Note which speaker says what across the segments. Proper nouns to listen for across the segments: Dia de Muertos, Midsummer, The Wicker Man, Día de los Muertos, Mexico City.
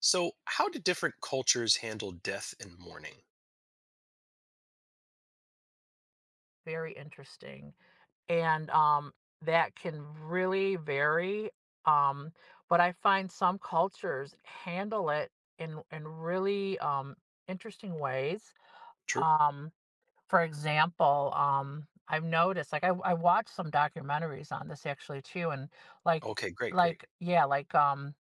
Speaker 1: So, how do different cultures handle death and mourning?
Speaker 2: Very interesting, and, that can really vary, um, but I find some cultures handle it in really, interesting ways,
Speaker 1: True.
Speaker 2: um, for example, I've noticed, like, I watched some documentaries on this actually too, and, like
Speaker 1: Okay, great, great.
Speaker 2: like, yeah,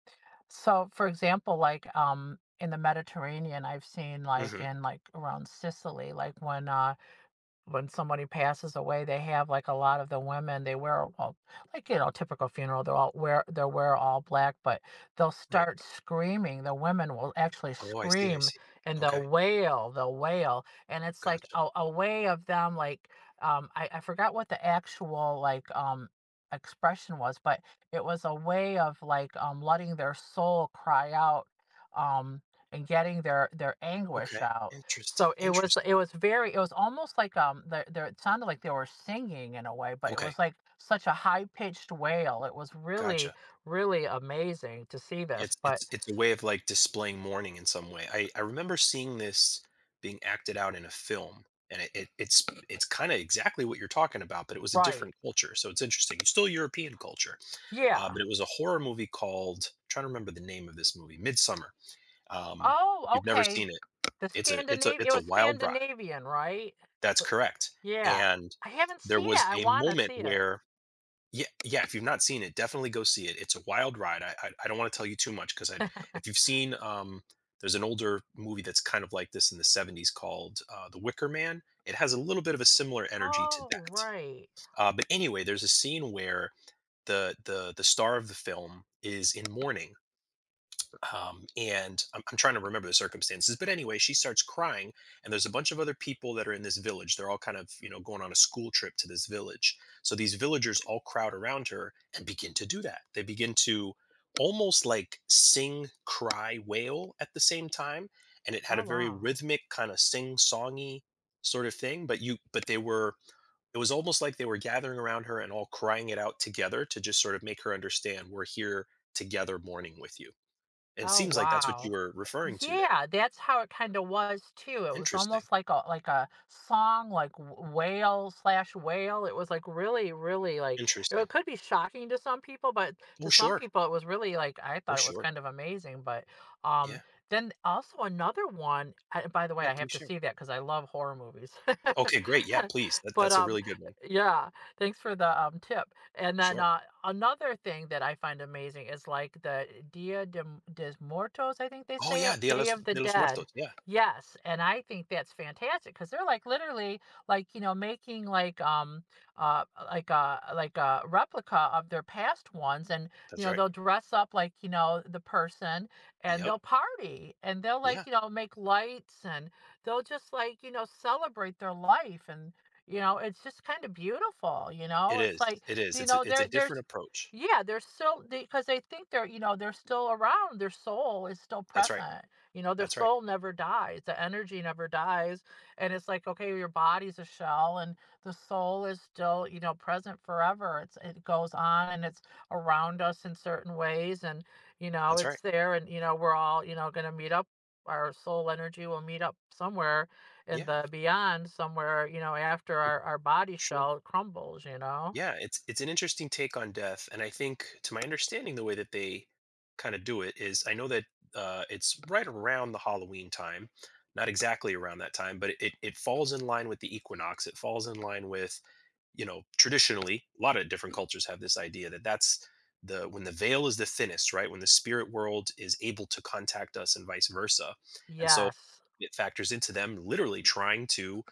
Speaker 2: so, for example, like, in the Mediterranean, I've seen, like,
Speaker 1: Hmm.
Speaker 2: in, like, around Sicily, like, when somebody passes away, they have like a lot of the women, they wear all, like, you know, typical funeral, they wear all black, but they'll
Speaker 1: Right.
Speaker 2: start screaming. The women will actually
Speaker 1: Oh, I see, I
Speaker 2: scream
Speaker 1: see.
Speaker 2: and they'll
Speaker 1: Okay,
Speaker 2: wail, they'll wail. And it's like
Speaker 1: gotcha.
Speaker 2: a way of them, like, I forgot what the actual, like, expression was, but it was a way of like, letting their soul cry out, um, and getting their anguish
Speaker 1: Okay,
Speaker 2: out. So
Speaker 1: interesting,
Speaker 2: it was
Speaker 1: interesting.
Speaker 2: it was very, it was almost like, there, it sounded like they were singing in a way, but it
Speaker 1: Okay,
Speaker 2: was like such a high pitched wail. It was really,
Speaker 1: gotcha.
Speaker 2: really amazing to see this.
Speaker 1: It's
Speaker 2: But
Speaker 1: it's it's a way of like displaying mourning in some way. I remember seeing this being acted out in a film, and it's kind of exactly what you're talking about, but it was a
Speaker 2: right,
Speaker 1: different culture. So it's interesting. It's still European culture,
Speaker 2: yeah.
Speaker 1: but it was a horror movie called. Trying to remember the name of this movie, Midsummer. Um, if
Speaker 2: Oh,
Speaker 1: you've never
Speaker 2: okay.
Speaker 1: seen it
Speaker 2: The
Speaker 1: It's a it's a
Speaker 2: Scandinavian, it
Speaker 1: it's a
Speaker 2: was
Speaker 1: wild ride.
Speaker 2: Scandinavian, right?
Speaker 1: That's
Speaker 2: But-
Speaker 1: correct,
Speaker 2: yeah,
Speaker 1: and
Speaker 2: I haven't
Speaker 1: there
Speaker 2: seen it.
Speaker 1: was
Speaker 2: I
Speaker 1: a
Speaker 2: want to
Speaker 1: moment
Speaker 2: see it.
Speaker 1: where yeah, if you've not seen it, definitely go see it. It's a wild ride. I don't wanna tell you too much because 'cause if you've seen, there's an older movie that's kind of like this in the 70s called, The Wicker Man. It has a little bit of a similar energy to
Speaker 2: Oh,
Speaker 1: that.
Speaker 2: right.
Speaker 1: But anyway, there's a scene where the star of the film is in mourning, and I'm trying to remember the circumstances, but anyway she starts crying, and there's a bunch of other people that are in this village. They're all kind of, you know, going on a school trip to this village, so these villagers all crowd around her and begin to do that. They begin to almost like sing, cry, wail at the same time, and it had a
Speaker 2: Oh,
Speaker 1: very
Speaker 2: wow.
Speaker 1: rhythmic kind of sing songy sort of thing, but they were, it was almost like they were gathering around her and all crying it out together to just sort of make her understand we're here together mourning with you. It
Speaker 2: Oh,
Speaker 1: seems like that's what you
Speaker 2: wow.
Speaker 1: were referring to there.
Speaker 2: Yeah, that's how it kinda was too. It was
Speaker 1: Interesting,
Speaker 2: almost like a song, like w wail slash wail. It was like really, really like, it
Speaker 1: interesting.
Speaker 2: could be shocking to some people, but to
Speaker 1: Oh,
Speaker 2: some
Speaker 1: sure.
Speaker 2: people it was really like, I
Speaker 1: Oh,
Speaker 2: thought it was
Speaker 1: sure.
Speaker 2: kind of amazing, but, um,
Speaker 1: Yeah,
Speaker 2: then also another one I, by the way,
Speaker 1: yeah,
Speaker 2: I have
Speaker 1: please
Speaker 2: to
Speaker 1: share.
Speaker 2: see that because I love horror movies.
Speaker 1: Okay, great. Yeah, please. That,
Speaker 2: But,
Speaker 1: that's a really good one.
Speaker 2: yeah, thanks for the, tip. And then
Speaker 1: Sure.
Speaker 2: another thing that I find amazing is like the Dia de, de Muertos, I think they
Speaker 1: Oh,
Speaker 2: say
Speaker 1: yeah,
Speaker 2: it,
Speaker 1: Dia
Speaker 2: Day
Speaker 1: los,
Speaker 2: of the
Speaker 1: de los
Speaker 2: Dead.
Speaker 1: Muertos. Yeah,
Speaker 2: Yes, and I think that's fantastic because they're like literally like, you know, making like a replica of their past ones, and you
Speaker 1: that's
Speaker 2: know
Speaker 1: right.
Speaker 2: they'll dress up like, you know, the person, and
Speaker 1: Yep.
Speaker 2: they'll party, and they'll like,
Speaker 1: Yeah,
Speaker 2: you know, make lights, and they'll just like, you know, celebrate their life. And you know it's just kind of beautiful, you know,
Speaker 1: it
Speaker 2: it's
Speaker 1: is.
Speaker 2: like,
Speaker 1: It is.
Speaker 2: you
Speaker 1: It's a,
Speaker 2: know,
Speaker 1: it's a
Speaker 2: there
Speaker 1: different
Speaker 2: there's,
Speaker 1: approach.
Speaker 2: yeah, they're still, because they think they're, you know, they're still around. Their soul is still
Speaker 1: That's right.
Speaker 2: present. You know, their
Speaker 1: That's right.
Speaker 2: soul never dies. The energy never dies. And it's like, okay, your body's a shell and the soul is still, you know, present forever. It's, it goes on and it's around us in certain ways, and you know,
Speaker 1: That's right.
Speaker 2: it's there, and you know, we're all, you know, gonna meet up. Our soul energy will meet up somewhere in
Speaker 1: Yeah,
Speaker 2: the beyond, somewhere, you know, after our body
Speaker 1: sure.
Speaker 2: shell crumbles, you know?
Speaker 1: Yeah, it's an interesting take on death, and I think, to my understanding, the way that they kind of do it is, I know that it's right around the Halloween time, not exactly around that time, but it falls in line with the equinox. It falls in line with, you know, traditionally, a lot of different cultures have this idea that that's the, when the veil is the thinnest, right? When the spirit world is able to contact us, and vice versa, and so
Speaker 2: Yes,
Speaker 1: it factors into them literally trying to,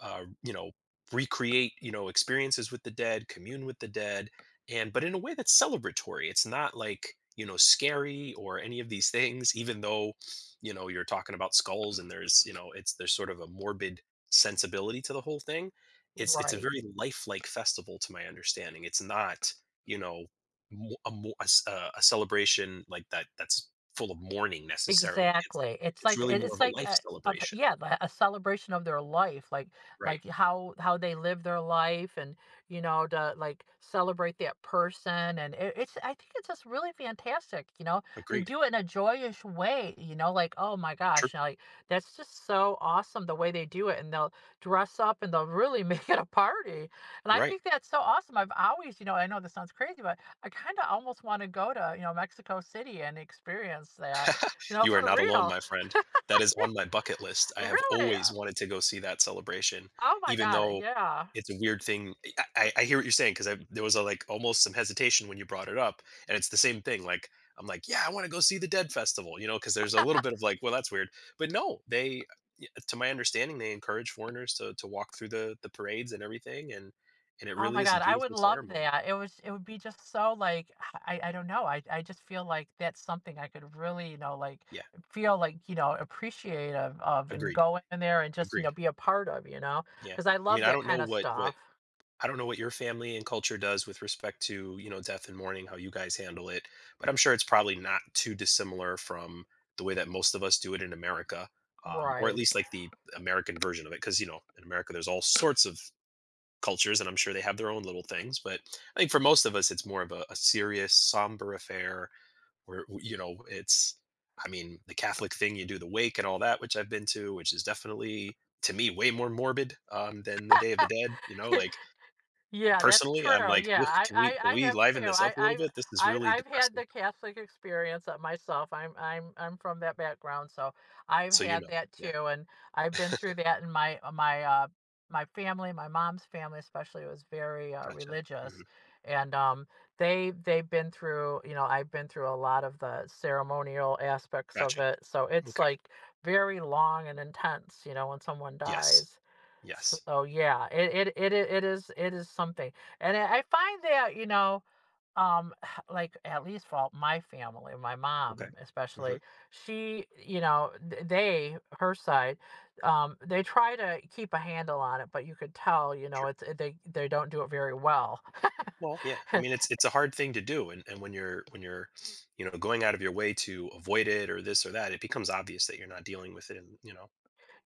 Speaker 1: you know, recreate, you know, experiences with the dead, commune with the dead, and but in a way that's celebratory. It's not like, you know, scary or any of these things. Even though, you know, you're talking about skulls and there's, you know, it's, there's sort of a morbid sensibility to the whole thing, it's a
Speaker 2: right.
Speaker 1: very lifelike festival to my understanding. It's not, you know, a celebration like that that's full of mourning necessarily. it's
Speaker 2: Exactly. It's
Speaker 1: it's
Speaker 2: like
Speaker 1: really
Speaker 2: it,
Speaker 1: more
Speaker 2: it's
Speaker 1: of a
Speaker 2: like
Speaker 1: life
Speaker 2: a, of,
Speaker 1: celebration.
Speaker 2: yeah, the- a celebration of their life, like
Speaker 1: Right,
Speaker 2: like how they live their life, and you know to like celebrate that person, and it, it's, I think it's just really fantastic, you know. They
Speaker 1: agreed,
Speaker 2: do it in a joyous way, you know, like, oh my
Speaker 1: true,
Speaker 2: gosh, and, like, that's just so awesome the way they do it, and they'll dress up and they'll really make it a party. And I
Speaker 1: right.
Speaker 2: think that's so awesome. I've always, you know, I know this sounds crazy, but I kind of almost want to go to, you know, Mexico City and experience that, you know,
Speaker 1: You are
Speaker 2: for
Speaker 1: not alone,
Speaker 2: real.
Speaker 1: my friend. That is on my
Speaker 2: Yeah,
Speaker 1: bucket list. I have
Speaker 2: really.
Speaker 1: always wanted to go see that celebration,
Speaker 2: Oh my
Speaker 1: even
Speaker 2: god,
Speaker 1: though
Speaker 2: yeah.
Speaker 1: it's a weird thing. I hear what you're saying because there was a, like, almost some hesitation when you brought it up, and it's the same thing, like, I'm like, "Yeah, I wanna go see the Dead Festival," you know, because there's a little bit of like, "Well, that's weird." But no, they y to my understanding, they encourage foreigners to walk through the parades and everything, and it
Speaker 2: Oh
Speaker 1: really
Speaker 2: my
Speaker 1: is a
Speaker 2: god, I would
Speaker 1: beautiful
Speaker 2: love
Speaker 1: ceremony.
Speaker 2: that. It was, it would be just so like, I don't know. I just feel like that's something I could really, you know, like
Speaker 1: Yeah,
Speaker 2: feel like, you know, appreciative of and
Speaker 1: agreed,
Speaker 2: go in there and just, you know,
Speaker 1: agreed.
Speaker 2: be a part of, you know?
Speaker 1: Yeah.
Speaker 2: Because I
Speaker 1: I
Speaker 2: love
Speaker 1: mean, I
Speaker 2: that
Speaker 1: don't know
Speaker 2: kind of
Speaker 1: what what
Speaker 2: stuff.
Speaker 1: I don't know what your family and culture does with respect to, you know, death and mourning, how you guys handle it, but I'm sure it's probably not too dissimilar from the way that most of us do it in America, or at
Speaker 2: Right.
Speaker 1: least like the American version of it. Because, you know, in America, there's all sorts of cultures, and I'm sure they have their own little things. But I think for most of us, it's more of a serious, somber affair where, you know, it's, I mean, the Catholic thing, you do the wake and all that, which I've been to, which is definitely to me way more morbid than the Day of the Dead. You know, like
Speaker 2: Yeah, that's
Speaker 1: Personally, I'm
Speaker 2: true.
Speaker 1: like,
Speaker 2: Yeah,
Speaker 1: "Ugh,
Speaker 2: I,
Speaker 1: can
Speaker 2: I,
Speaker 1: we can
Speaker 2: I
Speaker 1: we
Speaker 2: have
Speaker 1: liven
Speaker 2: too.
Speaker 1: this up a little bit? This is really
Speaker 2: I've had
Speaker 1: depressing."
Speaker 2: the Catholic experience of myself. I'm from that background, so I've
Speaker 1: So, you
Speaker 2: had
Speaker 1: know.
Speaker 2: that
Speaker 1: Yeah.
Speaker 2: too, and I've been through that in my, my family, my mom's family especially was very
Speaker 1: Gotcha.
Speaker 2: religious,
Speaker 1: Mhm.
Speaker 2: and they've been through, you know, I've been through a lot of the ceremonial aspects of
Speaker 1: Gotcha.
Speaker 2: it, so it's
Speaker 1: Okay.
Speaker 2: like very long and intense, you know, when someone
Speaker 1: Yes.
Speaker 2: dies.
Speaker 1: Yes.
Speaker 2: So yeah, it is something, and I find that, you know, um, like at least for all my family, my
Speaker 1: Okay.
Speaker 2: mom especially,
Speaker 1: Mhm.
Speaker 2: she, you know, they, her side, they try to keep a handle on it, but you could tell, you know,
Speaker 1: Sure.
Speaker 2: they don't do it very well.
Speaker 1: Well, yeah, I mean, it's a hard thing to do, and you know, going out of your way to avoid it or this or that, it becomes obvious that you're not dealing with it and, you know.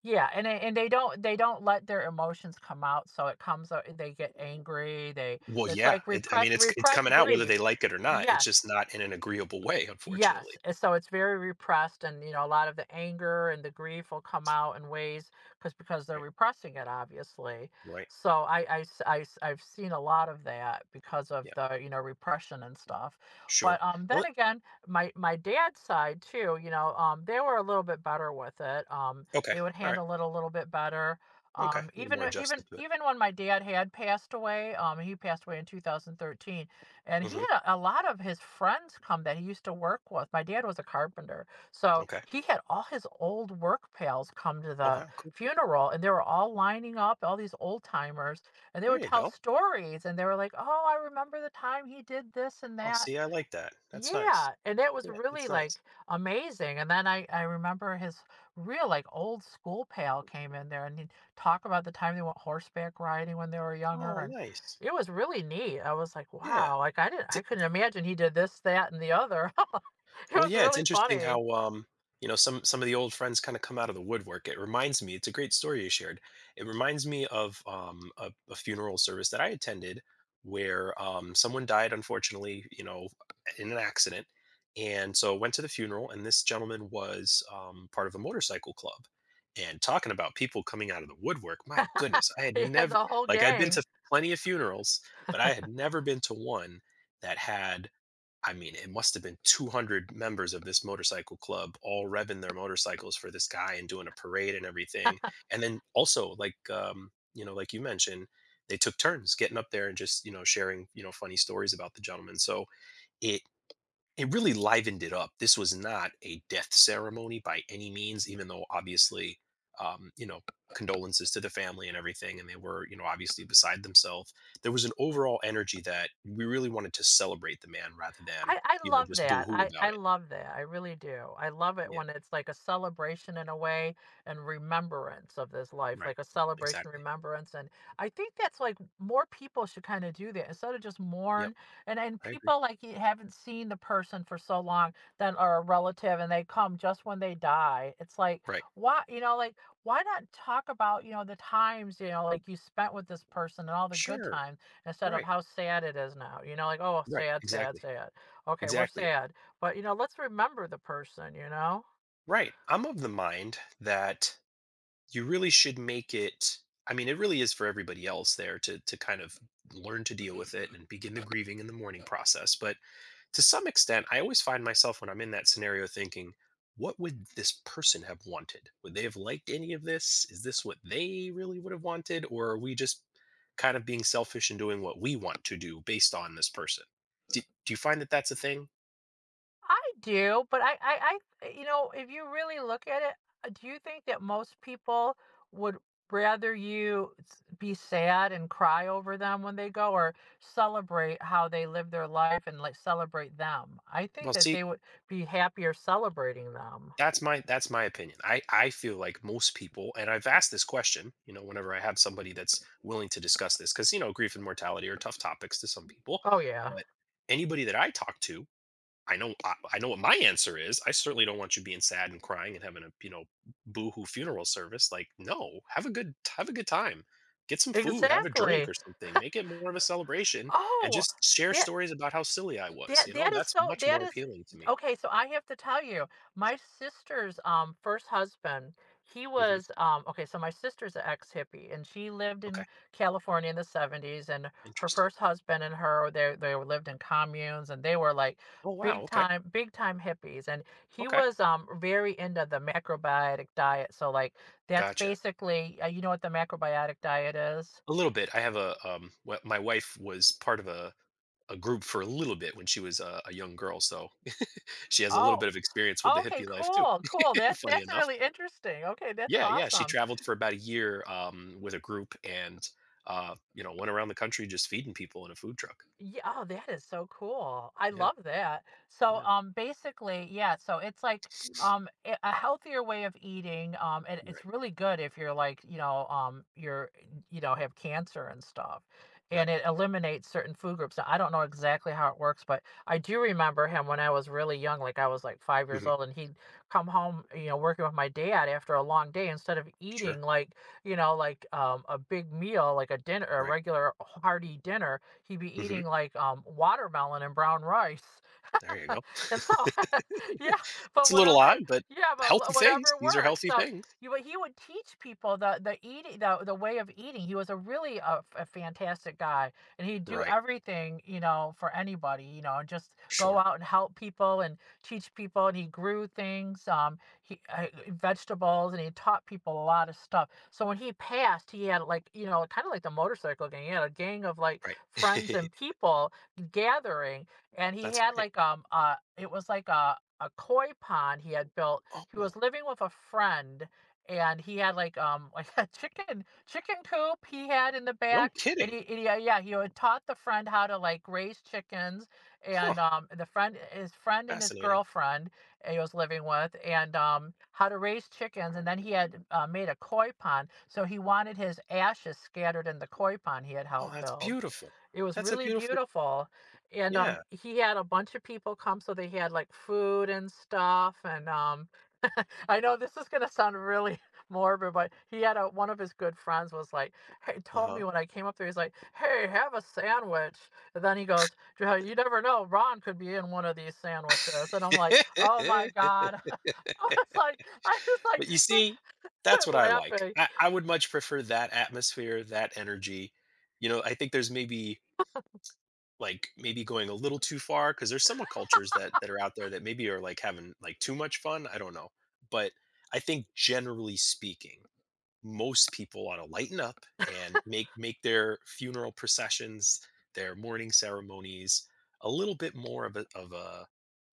Speaker 2: Yeah, and they don't, they don't let their emotions come out, so it comes out, they get angry, they,
Speaker 1: Well,
Speaker 2: it's
Speaker 1: yeah,
Speaker 2: like,
Speaker 1: it I mean,
Speaker 2: repress,
Speaker 1: it's
Speaker 2: repress
Speaker 1: coming out whether they
Speaker 2: grief.
Speaker 1: like it or not. It's
Speaker 2: Yes.
Speaker 1: just not in an agreeable way, unfortunately.
Speaker 2: Yes, and so it's very repressed, and you know a lot of the anger and the grief will come out in ways because they're
Speaker 1: Right.
Speaker 2: repressing it, obviously.
Speaker 1: Right.
Speaker 2: So I've seen a lot of that because of
Speaker 1: Yeah.
Speaker 2: the, you know, repression and stuff. But
Speaker 1: Sure.
Speaker 2: then
Speaker 1: Well,
Speaker 2: again, my dad's side too, you know, they were a little bit better with it.
Speaker 1: okay.
Speaker 2: They would
Speaker 1: All right.
Speaker 2: handle it a little bit better.
Speaker 1: Okay. A little more adjusted to it.
Speaker 2: Even when my dad had passed away, he passed away in 2013, and he
Speaker 1: Mhm.
Speaker 2: had a lot of his friends come that he used to work with. My dad was a carpenter. So
Speaker 1: Okay.
Speaker 2: he had all his old work pals come to
Speaker 1: Oh
Speaker 2: the
Speaker 1: wow, cool.
Speaker 2: funeral, and they were all lining up, all these old timers, and they
Speaker 1: There
Speaker 2: would
Speaker 1: you
Speaker 2: tell
Speaker 1: go.
Speaker 2: stories, and they were like, oh, I remember the time he did this and
Speaker 1: Oh,
Speaker 2: that.
Speaker 1: see, I like that. That's nice.
Speaker 2: Yeah, and it was
Speaker 1: Yeah,
Speaker 2: really,
Speaker 1: that's nice.
Speaker 2: like, amazing, and then I remember his real, like, old school pal came in there, and he'd talk about the time they went horseback riding when they were younger,
Speaker 1: Oh,
Speaker 2: and
Speaker 1: nice.
Speaker 2: it was really neat. I was like,
Speaker 1: Yeah.
Speaker 2: "Wow," like, I couldn't imagine he did this, that, and the other. It
Speaker 1: Well,
Speaker 2: was
Speaker 1: yeah, it's
Speaker 2: really
Speaker 1: interesting
Speaker 2: funny.
Speaker 1: how you know, some of the old friends kind of come out of the woodwork. It reminds me, it's a great story you shared. It reminds me of a funeral service that I attended where someone died, unfortunately, you know, in an accident. And so went to the funeral, and this gentleman was part of a motorcycle club. And talking about people coming out of the woodwork, my goodness, I had
Speaker 2: He had
Speaker 1: never,
Speaker 2: the whole
Speaker 1: like I'd been
Speaker 2: gang.
Speaker 1: to plenty of funerals, but I had never been to one that had, I mean, it must have been 200 members of this motorcycle club all revving their motorcycles for this guy and doing a parade and everything. And then also, like, you know, like you mentioned, they took turns getting up there and just, you know, sharing, you know, funny stories about the gentleman. So it it really livened it up. This was not a death ceremony by any means, even though obviously, you know, condolences to the family and everything, and they were, you know, obviously beside themselves. There was an overall energy that we really wanted to celebrate the man rather than,
Speaker 2: I
Speaker 1: you know,
Speaker 2: love
Speaker 1: just
Speaker 2: that.
Speaker 1: boo-hoo
Speaker 2: I,
Speaker 1: about
Speaker 2: I
Speaker 1: it.
Speaker 2: love that. I really do. I love it
Speaker 1: Yeah,
Speaker 2: when it's like a celebration in a way and remembrance of this life,
Speaker 1: right.
Speaker 2: like a celebration,
Speaker 1: Exactly.
Speaker 2: remembrance. And I think that's like more people should kind of do that instead of just
Speaker 1: Yep,
Speaker 2: mourn. And
Speaker 1: I agree.
Speaker 2: people like, you haven't seen the person for so long that are a relative, and they come just when they die. It's like,
Speaker 1: Right.
Speaker 2: why, you know, like, why not talk about, you know, the times, you know, like you spent with this person, and all the good
Speaker 1: Sure.
Speaker 2: times instead of
Speaker 1: Right.
Speaker 2: how sad it is now. You know, like, oh
Speaker 1: Right.
Speaker 2: sad, sad,
Speaker 1: Exactly.
Speaker 2: sad. Okay, we're
Speaker 1: Exactly.
Speaker 2: sad, but, you know, let's remember the person, you know?
Speaker 1: Right. I'm of the mind that you really should make it, I mean, it really is for everybody else there to kind of learn to deal with it and begin the grieving in the mourning process, but to some extent I always find myself when I'm in that scenario thinking, what would this person have wanted? Would they have liked any of this? Is this what they really would have wanted, or are we just kind of being selfish and doing what we want to do based on this person? Do you find that that's a thing?
Speaker 2: I do, but I, you know, if you really look at it, do you think that most people would rather you s be sad and cry over them when they go, or celebrate how they live their life and, like, celebrate them? I think
Speaker 1: Well,
Speaker 2: that they
Speaker 1: see,
Speaker 2: would be happier celebrating them.
Speaker 1: that's my that's my opinion. I feel like most people, and I've asked this question, you know, whenever I have somebody that's willing to discuss this, because you know, grief and mortality are tough topics to some people.
Speaker 2: Oh, yeah.
Speaker 1: But anybody that I talk to, I know what my answer is. I certainly don't want you being sad and crying and having a, you know, boohoo funeral service. Like, no, have a good time. Get some food, have a drink
Speaker 2: Exactly.
Speaker 1: or something. Make it more of a celebration, and
Speaker 2: Oh,
Speaker 1: just share
Speaker 2: that,
Speaker 1: stories about how silly I was.
Speaker 2: That
Speaker 1: You know,
Speaker 2: that is
Speaker 1: that's
Speaker 2: so,
Speaker 1: much
Speaker 2: that
Speaker 1: more
Speaker 2: is,
Speaker 1: appealing to me.
Speaker 2: okay, so I have to tell you, my sister's, first husband, he
Speaker 1: Hmm.
Speaker 2: was, um, okay, so my sister's an ex-hippie, and she lived in
Speaker 1: Okay,
Speaker 2: California in the 70s, and her
Speaker 1: interesting.
Speaker 2: first husband and her, they lived in communes, and they were, like,
Speaker 1: Oh wow.
Speaker 2: big
Speaker 1: Okay.
Speaker 2: time big time hippies, and he
Speaker 1: Okay.
Speaker 2: was, very into the macrobiotic diet, so, like, that's
Speaker 1: Gotcha.
Speaker 2: basically, you know what the macrobiotic diet is?
Speaker 1: A little bit. I have a My wife was part of a group for a little bit when she was a young girl, so she has a little
Speaker 2: Oh,
Speaker 1: bit of experience with the
Speaker 2: okay,
Speaker 1: hippie life too.
Speaker 2: cool, cool, that,
Speaker 1: Funny
Speaker 2: that's
Speaker 1: enough.
Speaker 2: really interesting, okay, that's
Speaker 1: Yeah. Yeah. She
Speaker 2: awesome.
Speaker 1: traveled for about a year with a group and you know went around the country just feeding people in a food truck.
Speaker 2: Yeah, oh, that is so cool. I
Speaker 1: Yeah.
Speaker 2: love that. So,
Speaker 1: Yeah.
Speaker 2: basically, yeah, so it's like a healthier way of eating. And it's
Speaker 1: Right.
Speaker 2: really good if you're like, you know, you're, you know, have cancer and stuff. And
Speaker 1: Right.
Speaker 2: it eliminates certain food groups. Now, I don't know exactly how it works, but I do remember him when I was really young, like I was like 5 years old,
Speaker 1: Hmm.
Speaker 2: and he'd come home, you know, working with my dad after a long day, instead of eating
Speaker 1: Sure.
Speaker 2: like, you know, like a big meal, like a dinner, a
Speaker 1: Right.
Speaker 2: regular hearty dinner, he'd be
Speaker 1: Hmm.
Speaker 2: eating like watermelon and brown rice.
Speaker 1: There you go.
Speaker 2: And so, yeah, but
Speaker 1: It's a little
Speaker 2: whatever,
Speaker 1: odd, but
Speaker 2: yeah,
Speaker 1: healthy
Speaker 2: but
Speaker 1: things.
Speaker 2: whatever
Speaker 1: These are
Speaker 2: works.
Speaker 1: healthy
Speaker 2: So,
Speaker 1: things.
Speaker 2: you, but he would teach people the way of eating. He was a really a fantastic guy, and he'd do
Speaker 1: Right.
Speaker 2: everything, you know, for anybody, you know, and just go
Speaker 1: Sure.
Speaker 2: out and help people and teach people. And he grew things, he vegetables, and he taught people a lot of stuff. So when he passed, he had like, you know, kind of like the motorcycle gang. He had a gang of like
Speaker 1: Right.
Speaker 2: friends and people gathering, and he
Speaker 1: That's
Speaker 2: had
Speaker 1: great.
Speaker 2: like it was like a koi pond he had built. He was
Speaker 1: Oh,
Speaker 2: living with a friend, and he had like like a chicken coop he had in the
Speaker 1: no
Speaker 2: back,
Speaker 1: kidding.
Speaker 2: and he yeah, he had taught the friend how to like raise chickens,
Speaker 1: Huh,
Speaker 2: and the friend, his friend and his
Speaker 1: fascinating.
Speaker 2: girlfriend he was living with, and how to raise chickens. And then he had, made a koi pond, so he wanted his ashes scattered in the koi pond he had
Speaker 1: Wow,
Speaker 2: helped
Speaker 1: that's
Speaker 2: build.
Speaker 1: beautiful.
Speaker 2: It was
Speaker 1: That's a
Speaker 2: really
Speaker 1: beautiful,
Speaker 2: beautiful, and,
Speaker 1: yeah,
Speaker 2: he had a bunch of people come, so they had, like, food and stuff, and, I know this is gonna sound really morbid, but he had a, one of his good friends was like, "Hey," told
Speaker 1: uh-huh.
Speaker 2: me when I came up there, he's like, "Hey, have a sandwich," and then he goes, "Joe, you never know, Ron could be in one of these sandwiches," and I'm like, "Oh my god." I was like, I was like,
Speaker 1: But you
Speaker 2: s
Speaker 1: see, that's
Speaker 2: started
Speaker 1: what I like.
Speaker 2: laughing.
Speaker 1: I would much prefer that atmosphere, that energy. You know, I think there's maybe, like, maybe going a little too far because there's some, cultures that that are out there that maybe are, like, having, like, too much fun, I don't know. But I think generally speaking most people ought to lighten up and make their funeral processions, their mourning ceremonies, a little bit more of a of a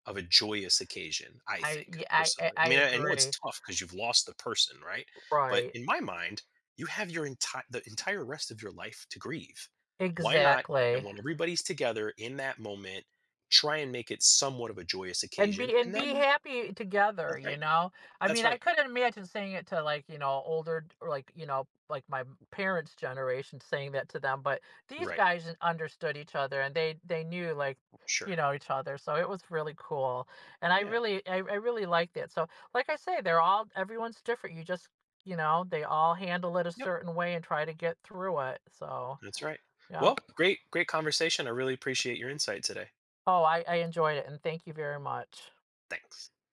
Speaker 1: of a joyous occasion. I
Speaker 2: I
Speaker 1: think
Speaker 2: y- I
Speaker 1: personally.
Speaker 2: I
Speaker 1: I mean, I know it's
Speaker 2: agree.
Speaker 1: tough because you've lost the person, right? But
Speaker 2: Right.
Speaker 1: in my mind, you have your entire the entire rest of your life to grieve. Why not? And
Speaker 2: Exactly.
Speaker 1: when everybody's together in that moment, try and make it somewhat of a joyous
Speaker 2: And
Speaker 1: occasion.
Speaker 2: be, and
Speaker 1: And
Speaker 2: be
Speaker 1: then
Speaker 2: happy together,
Speaker 1: that's
Speaker 2: you
Speaker 1: right.
Speaker 2: know? I
Speaker 1: That's
Speaker 2: mean, I
Speaker 1: right.
Speaker 2: couldn't imagine saying it to, like, you know, older or like, you know, like my parents' generation saying that to them, but these
Speaker 1: Right.
Speaker 2: guys understood each other, and they knew like,
Speaker 1: Sure.
Speaker 2: you know, each other. So it was really cool. And I
Speaker 1: Yeah.
Speaker 2: really, I really liked it. So like I say, they're all, everyone's different. You just, you know, they all handle it a
Speaker 1: Yep.
Speaker 2: certain way and try to get through it. So,
Speaker 1: That's right.
Speaker 2: yep.
Speaker 1: Well, great, great conversation. I really appreciate your insight today.
Speaker 2: Oh, I enjoyed it, and thank you very much.
Speaker 1: Thanks.